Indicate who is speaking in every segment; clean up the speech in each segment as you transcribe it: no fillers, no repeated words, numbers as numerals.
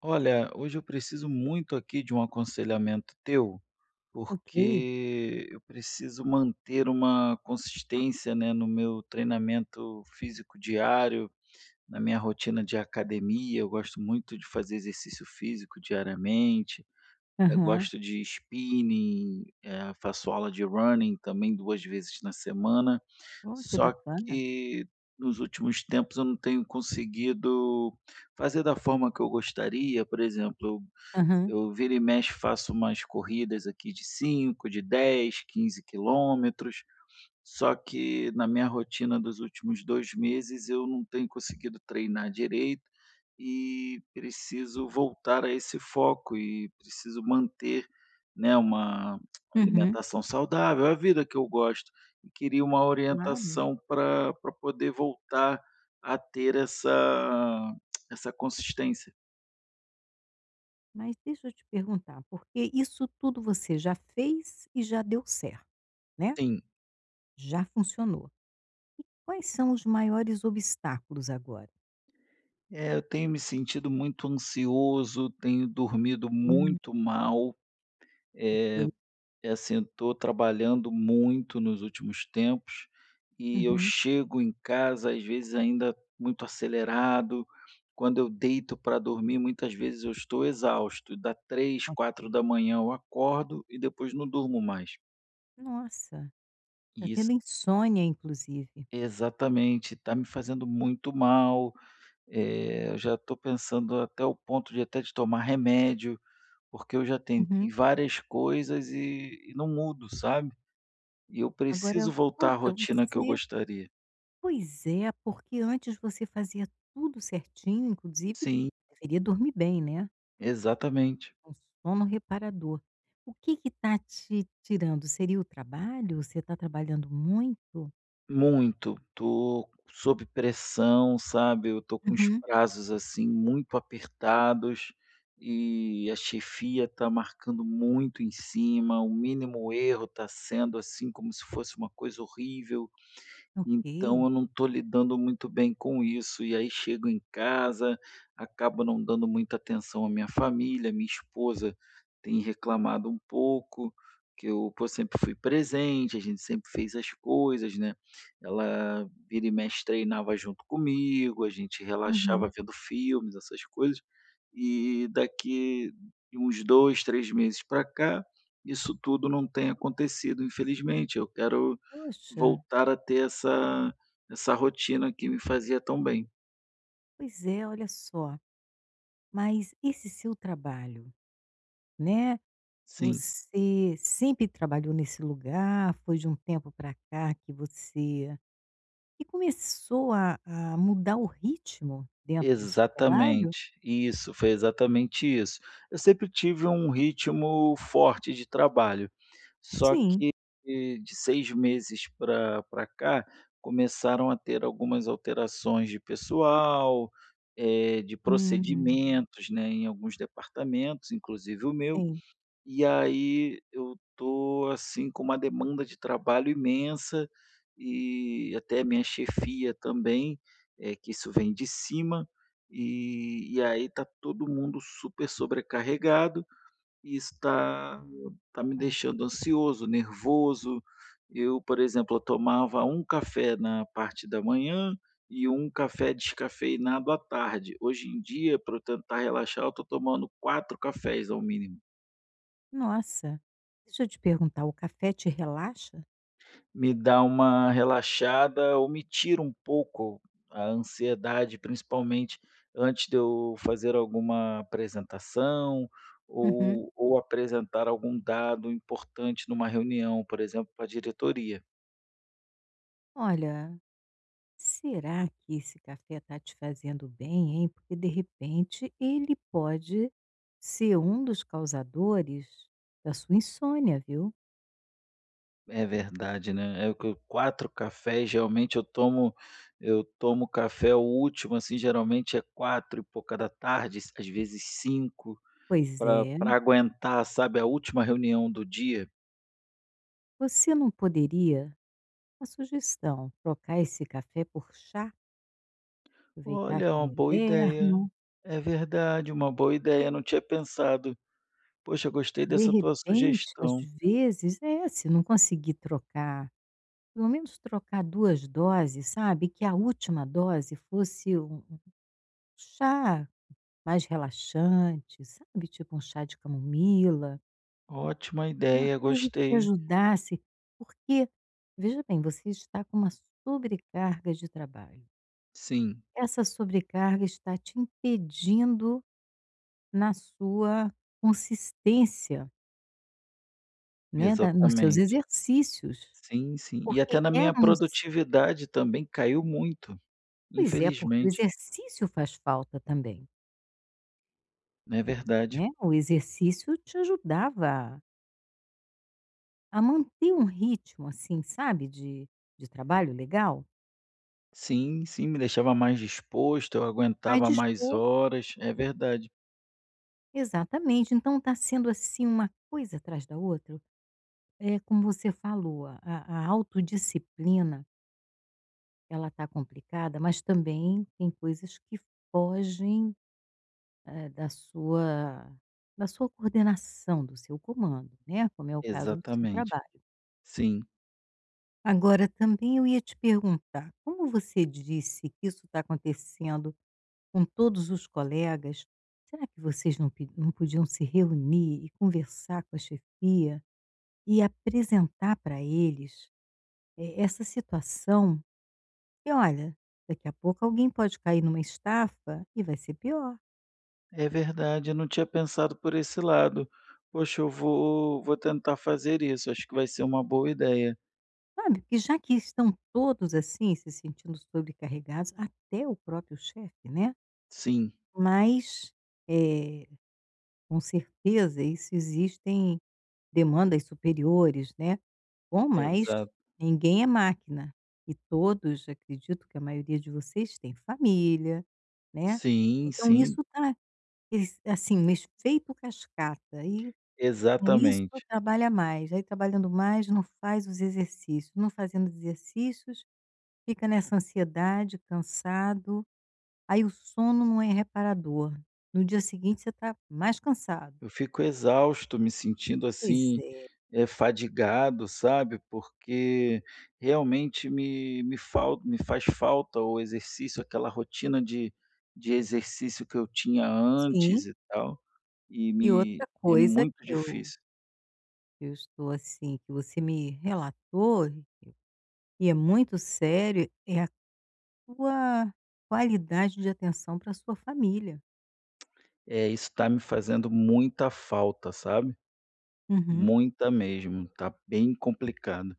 Speaker 1: Olha, hoje eu preciso muito aqui de um aconselhamento teu,
Speaker 2: Ok.
Speaker 1: porque eu preciso manter uma consistência, né, no meu treinamento físico diário, na minha rotina de academia. Eu gosto muito de fazer exercício físico diariamente. Eu
Speaker 2: Aham.
Speaker 1: gosto de spinning, faço aula de running também duas vezes na semana.
Speaker 2: Ó, que
Speaker 1: Só
Speaker 2: bacana.
Speaker 1: que nos últimos tempos eu não tenho conseguido fazer da forma que eu gostaria. Por exemplo, eu
Speaker 2: Aham.
Speaker 1: eu vira e mexe faço umas corridas aqui de 5, de 10, 15 quilômetros, só que na minha rotina dos últimos 2 meses eu não tenho conseguido treinar direito e preciso voltar a esse foco e preciso manter, né, uma
Speaker 2: Uhum.
Speaker 1: alimentação saudável, é a vida que eu gosto, e queria uma
Speaker 2: Claro.
Speaker 1: orientação para pra poder voltar a ter essa consistência.
Speaker 2: Mas deixa eu te perguntar, porque isso tudo você já fez e já deu certo, né,
Speaker 1: Sim.
Speaker 2: já funcionou. E quais são os maiores obstáculos agora?
Speaker 1: É, eu tenho me sentido muito ansioso, tenho dormido
Speaker 2: Hum.
Speaker 1: muito mal, eh,
Speaker 2: Ok.
Speaker 1: assim, eu estou trabalhando muito nos últimos tempos e eu
Speaker 2: Uhum.
Speaker 1: chego em casa, às vezes, ainda muito acelerado. Quando eu deito para dormir, muitas vezes eu estou exausto. Dá três, quatro
Speaker 2: Ok.
Speaker 1: da manhã eu acordo e depois não durmo mais.
Speaker 2: Nossa, tá
Speaker 1: E isso
Speaker 2: tendo insônia inclusive.
Speaker 1: Exatamente, está me fazendo muito mal, eu já estou pensando até o ponto de até de tomar remédio. Porque eu já tentei
Speaker 2: Uhum.
Speaker 1: várias coisas e não mudo, sabe. E eu preciso
Speaker 2: Agora,
Speaker 1: voltar à
Speaker 2: poxa,
Speaker 1: rotina que eu
Speaker 2: você
Speaker 1: gostaria.
Speaker 2: pois é, porque antes você fazia tudo certinho, inclusive
Speaker 1: Sim,
Speaker 2: deveria dormir bem, né?
Speaker 1: exatamente.
Speaker 2: Um sono reparador. O que que tá te tirando? Seria o trabalho? Você está trabalhando muito?
Speaker 1: Muito. Tô sob pressão, sabe, eu tô com os
Speaker 2: Uhum.
Speaker 1: prazos, assim, muito apertados e a chefia tá marcando muito em cima, o mínimo erro tá sendo, assim, como se fosse uma coisa horrível. Então
Speaker 2: Ok.
Speaker 1: eu não estou lidando muito bem com isso. E aí chego em casa, acabo não dando muita atenção à minha família, minha esposa tem reclamado um pouco, que eu, pô, sempre fui presente, a gente sempre fez as coisas, né? Ela vira e mexe treinava junto comigo, a gente relaxava
Speaker 2: Uhum.
Speaker 1: vendo filmes, essas coisas. E daqui de uns 2, 3 meses para cá, isso tudo não tem acontecido, infelizmente. Eu quero
Speaker 2: Poxa,
Speaker 1: Voltar a ter essa rotina que me fazia tão bem.
Speaker 2: pois é, olha só. Mas esse seu trabalho, né,
Speaker 1: Sim,
Speaker 2: você sempre trabalhou nesse lugar? Foi de um tempo para cá que você que começou a mudar o ritmo dentro do seu trabalho?
Speaker 1: exatamente. Isso, foi exatamente isso. Eu sempre tive um ritmo forte de trabalho, só
Speaker 2: Sim.
Speaker 1: que de 6 meses para cá, começaram a ter algumas alterações de pessoal, de
Speaker 2: Hum,
Speaker 1: procedimentos, né, em alguns departamentos, inclusive o meu.
Speaker 2: sim.
Speaker 1: E aí eu tô, assim, com uma demanda de trabalho imensa e até minha chefia também, é que isso vem de cima, e aí tá todo mundo super sobrecarregado e está tá tá me deixando ansioso, nervoso. Eu, por exemplo, eu tomava um café na parte da manhã e um café descafeinado à tarde. Hoje em dia, para eu tentar relaxar, eu tô tomando 4 cafés ao mínimo.
Speaker 2: Nossa, deixa eu te perguntar, o café te relaxa?
Speaker 1: Me dá uma relaxada ou me tira um pouco a ansiedade, principalmente antes de eu fazer alguma apresentação
Speaker 2: Uhum.
Speaker 1: ou apresentar algum dado importante numa reunião, por exemplo, para a diretoria.
Speaker 2: Olha, será que esse café está te fazendo bem, hein? Porque de repente ele pode ser um dos causadores da sua insônia, viu?
Speaker 1: É verdade, né, é 4 cafés, geralmente eu tomo café o último, assim, geralmente é 4 e pouca da tarde, às vezes 5,
Speaker 2: Pois
Speaker 1: para
Speaker 2: é,
Speaker 1: pra aguentar, sabe, a última reunião do dia.
Speaker 2: você não poderia, uma sugestão, trocar esse café por chá, aproveitar
Speaker 1: Olha, é
Speaker 2: que é
Speaker 1: uma boa ideia.
Speaker 2: inverno.
Speaker 1: É verdade, uma boa ideia, não tinha pensado. Poxa, gostei
Speaker 2: De
Speaker 1: dessa tua
Speaker 2: repente, às
Speaker 1: sugestão.
Speaker 2: vezes, é, se não conseguir trocar, pelo menos trocar 2 doses, sabe, que a última dose fosse um chá mais relaxante, sabe, tipo um chá de camomila,
Speaker 1: Ótima
Speaker 2: uma
Speaker 1: ideia,
Speaker 2: coisa que te
Speaker 1: gostei.
Speaker 2: ajudasse, porque, veja bem, você está com uma sobrecarga de trabalho.
Speaker 1: Sim,
Speaker 2: Essa sobrecarga está te impedindo na sua consistência, né, da nos seus
Speaker 1: exatamente.
Speaker 2: exercícios,
Speaker 1: Sim, sim. E
Speaker 2: porque
Speaker 1: até na minha
Speaker 2: éramos
Speaker 1: produtividade também caiu muito,
Speaker 2: pois é, porque o
Speaker 1: infelizmente.
Speaker 2: exercício faz falta também.
Speaker 1: Não é verdade?
Speaker 2: Né, o exercício te ajudava a manter um ritmo, assim, sabe, de trabalho legal,
Speaker 1: Sim, sim, me deixava mais disposto, eu
Speaker 2: mas
Speaker 1: aguentava mais
Speaker 2: dispor
Speaker 1: horas. É verdade.
Speaker 2: exatamente, então está sendo, assim, uma coisa atrás da outra, é como você falou, a autodisciplina, ela está complicada, mas também tem coisas que fogem, eh, da sua da sua coordenação, do seu comando, né, como é o caso do seu
Speaker 1: Exatamente.
Speaker 2: trabalho.
Speaker 1: Sim.
Speaker 2: Agora, também eu ia te perguntar, como você disse que isso está acontecendo com todos os colegas, será que vocês não, não podiam se reunir e conversar com a chefia e apresentar para eles essa situação? E olha, daqui a pouco alguém pode cair numa estafa e vai ser pior,
Speaker 1: É verdade, eu não tinha pensado por esse lado. Poxa, eu vou tentar fazer isso, acho que vai ser uma boa ideia.
Speaker 2: sabe? Porque já que estão todos assim, se sentindo sobrecarregados, até o próprio chefe, né?
Speaker 1: Sim,
Speaker 2: Mas. eh, Com certeza, isso existem demandas superiores, né. Bom, mas
Speaker 1: exato.
Speaker 2: ninguém é máquina e todos, acredito que a maioria de vocês tem família, né.
Speaker 1: Sim,
Speaker 2: Então
Speaker 1: sim,
Speaker 2: isso tá assim, um efeito cascata e com isso
Speaker 1: exatamente.
Speaker 2: trabalha mais, aí trabalhando mais não faz os exercícios, não fazendo exercícios, fica nessa ansiedade, cansado, aí o sono não é reparador. No dia seguinte você está mais cansado.
Speaker 1: Eu fico exausto, me sentindo
Speaker 2: Pois
Speaker 1: assim,
Speaker 2: é.
Speaker 1: fadigado, sabe, porque realmente me falta, me faz falta o exercício, aquela rotina de exercício que eu tinha antes
Speaker 2: Sim,
Speaker 1: e tal, e
Speaker 2: e outra
Speaker 1: me é
Speaker 2: coisa que
Speaker 1: muito
Speaker 2: eu
Speaker 1: difícil.
Speaker 2: que eu estou assim, que você me relatou, e é muito sério, é a tua qualidade de atenção para a sua família.
Speaker 1: É, isso tá me fazendo muita falta, sabe?
Speaker 2: Uhum.
Speaker 1: Muita mesmo, tá bem complicado,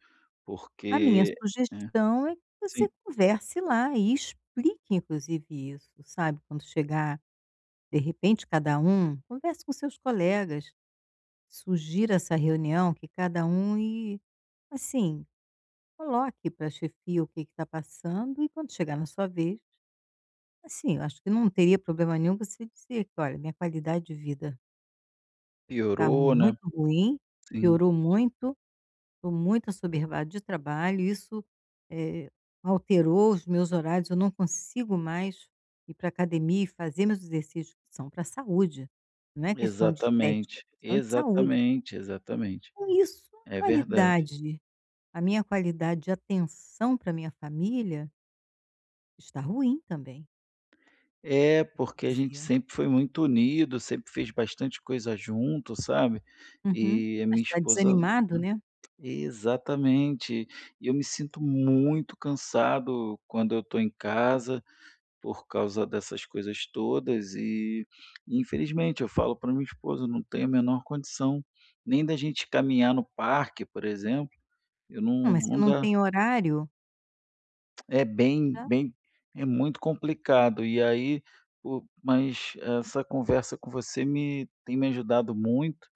Speaker 2: A minha
Speaker 1: porque é,
Speaker 2: sugestão é que você
Speaker 1: sim,
Speaker 2: converse lá e explique inclusive isso, sabe, quando chegar, de repente, cada um converse com seus colegas, sugira essa reunião que cada um e, assim, coloque para a chefia o que está passando e quando chegar na sua vez. Assim, eu acho que não teria problema nenhum você dizer que: "Olha, minha qualidade de vida está
Speaker 1: piorou, né?
Speaker 2: muito ruim,
Speaker 1: Sim,
Speaker 2: piorou muito, estou muito assoberbado de trabalho, isso, eh, alterou os meus horários, eu não consigo mais ir pra academia e fazer meus exercícios", que são pra saúde, não é questão de estética, é
Speaker 1: exatamente,
Speaker 2: questão de saúde.
Speaker 1: exatamente, exatamente,
Speaker 2: Com isso,
Speaker 1: é verdade.
Speaker 2: a minha qualidade de atenção para minha família está ruim também,
Speaker 1: É,
Speaker 2: eu
Speaker 1: porque a gente
Speaker 2: dizia.
Speaker 1: sempre foi muito unido, sempre fez bastante coisa junto, sabe?
Speaker 2: Uhum.
Speaker 1: E a
Speaker 2: Mas
Speaker 1: minha
Speaker 2: tá
Speaker 1: esposa
Speaker 2: desanimado, né?
Speaker 1: Exatamente, e eu me sinto muito cansado quando eu tô em casa, por causa dessas coisas todas e, infelizmente, eu falo para minha esposa, não tenho a menor condição, nem da gente caminhar no parque, por exemplo, eu
Speaker 2: Não,
Speaker 1: não
Speaker 2: mas se
Speaker 1: não
Speaker 2: não
Speaker 1: dá.
Speaker 2: tem horário.
Speaker 1: É bem
Speaker 2: Hã?
Speaker 1: bem É muito complicado. E aí, o mas essa conversa com você me tem me ajudado muito.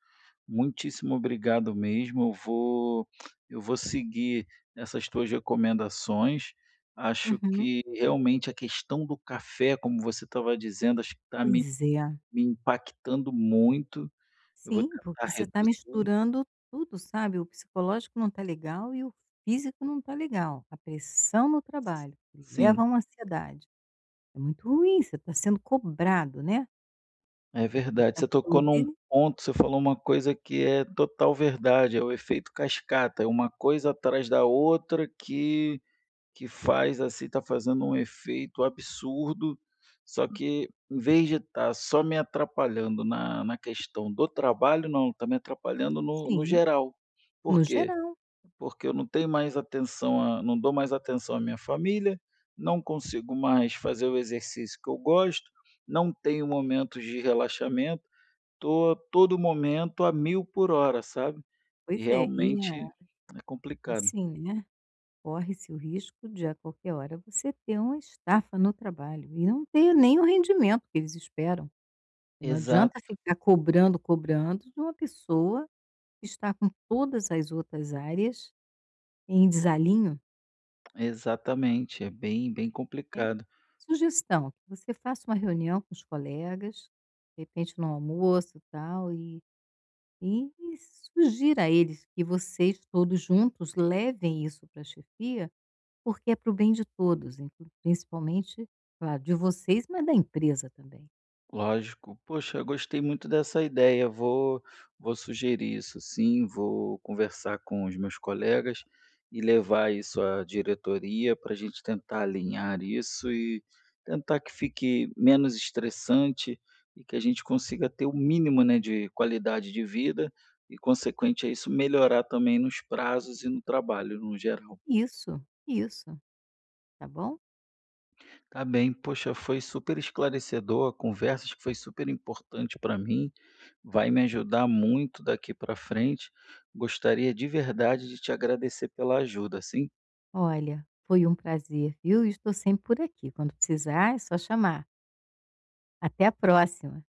Speaker 1: Muitíssimo obrigado mesmo. Eu vou seguir essas tuas recomendações. Acho
Speaker 2: Uhum.
Speaker 1: que realmente a questão do café, como você estava dizendo, acho que está me
Speaker 2: Pois é.
Speaker 1: me impactando muito. Eu vou
Speaker 2: Sim,
Speaker 1: tentar
Speaker 2: porque você está
Speaker 1: reduzir.
Speaker 2: misturando tudo, sabe, o psicológico não está legal e o físico não está legal. A pressão no trabalho, que leva
Speaker 1: Sim,
Speaker 2: a uma ansiedade. É muito ruim, você está sendo cobrado, né,
Speaker 1: é
Speaker 2: o
Speaker 1: verdade. Você
Speaker 2: tempo
Speaker 1: tocou
Speaker 2: todo e
Speaker 1: num ponto, você falou uma coisa que é total verdade, é o efeito cascata, é uma coisa atrás da outra que faz, assim, tá fazendo um efeito absurdo, só que em vez de estar só me atrapalhando na questão do trabalho, não, está me atrapalhando no
Speaker 2: sim,
Speaker 1: geral.
Speaker 2: no
Speaker 1: Por quê?
Speaker 2: geral.
Speaker 1: Porque eu não tenho mais atenção a não dou mais atenção à minha família, não consigo mais fazer o exercício que eu gosto, não tenho momentos de relaxamento, tô todo momento a mil por hora, sabe. E
Speaker 2: Pois é. E a,
Speaker 1: realmente é complicado.
Speaker 2: assim, né, corre-se o risco de a qualquer hora você ter uma estafa no trabalho e não ter nem o rendimento que eles esperam. Não adianta
Speaker 1: Exato.
Speaker 2: ficar cobrando, cobrando de uma pessoa que está com todas as outras áreas em desalinho.
Speaker 1: Exatamente, é bem, bem
Speaker 2: É.
Speaker 1: complicado.
Speaker 2: Sugestão, que você faça uma reunião com os colegas, de repente no almoço, tal, e sugira a eles que vocês todos juntos levem isso para a chefia, porque é para o bem de todos, inclu principalmente, claro, de vocês, mas da empresa também.
Speaker 1: Lógico. Poxa, eu gostei muito dessa ideia. Vou sugerir isso sim, vou conversar com os meus colegas e levar isso à diretoria para a gente tentar alinhar isso e tentar que fique menos estressante e que a gente consiga ter o mínimo, né, de qualidade de vida e, consequente a isso, melhorar também nos prazos e no trabalho no geral.
Speaker 2: Isso, isso, tá bom?
Speaker 1: Tá bem, poxa, foi super esclarecedor a conversa, acho que foi super importante para mim, vai me ajudar muito daqui para frente. Gostaria de verdade de te agradecer pela ajuda, assim,
Speaker 2: Olha, foi um prazer, viu? Estou sempre por aqui. Quando precisar, é só chamar. Até a próxima.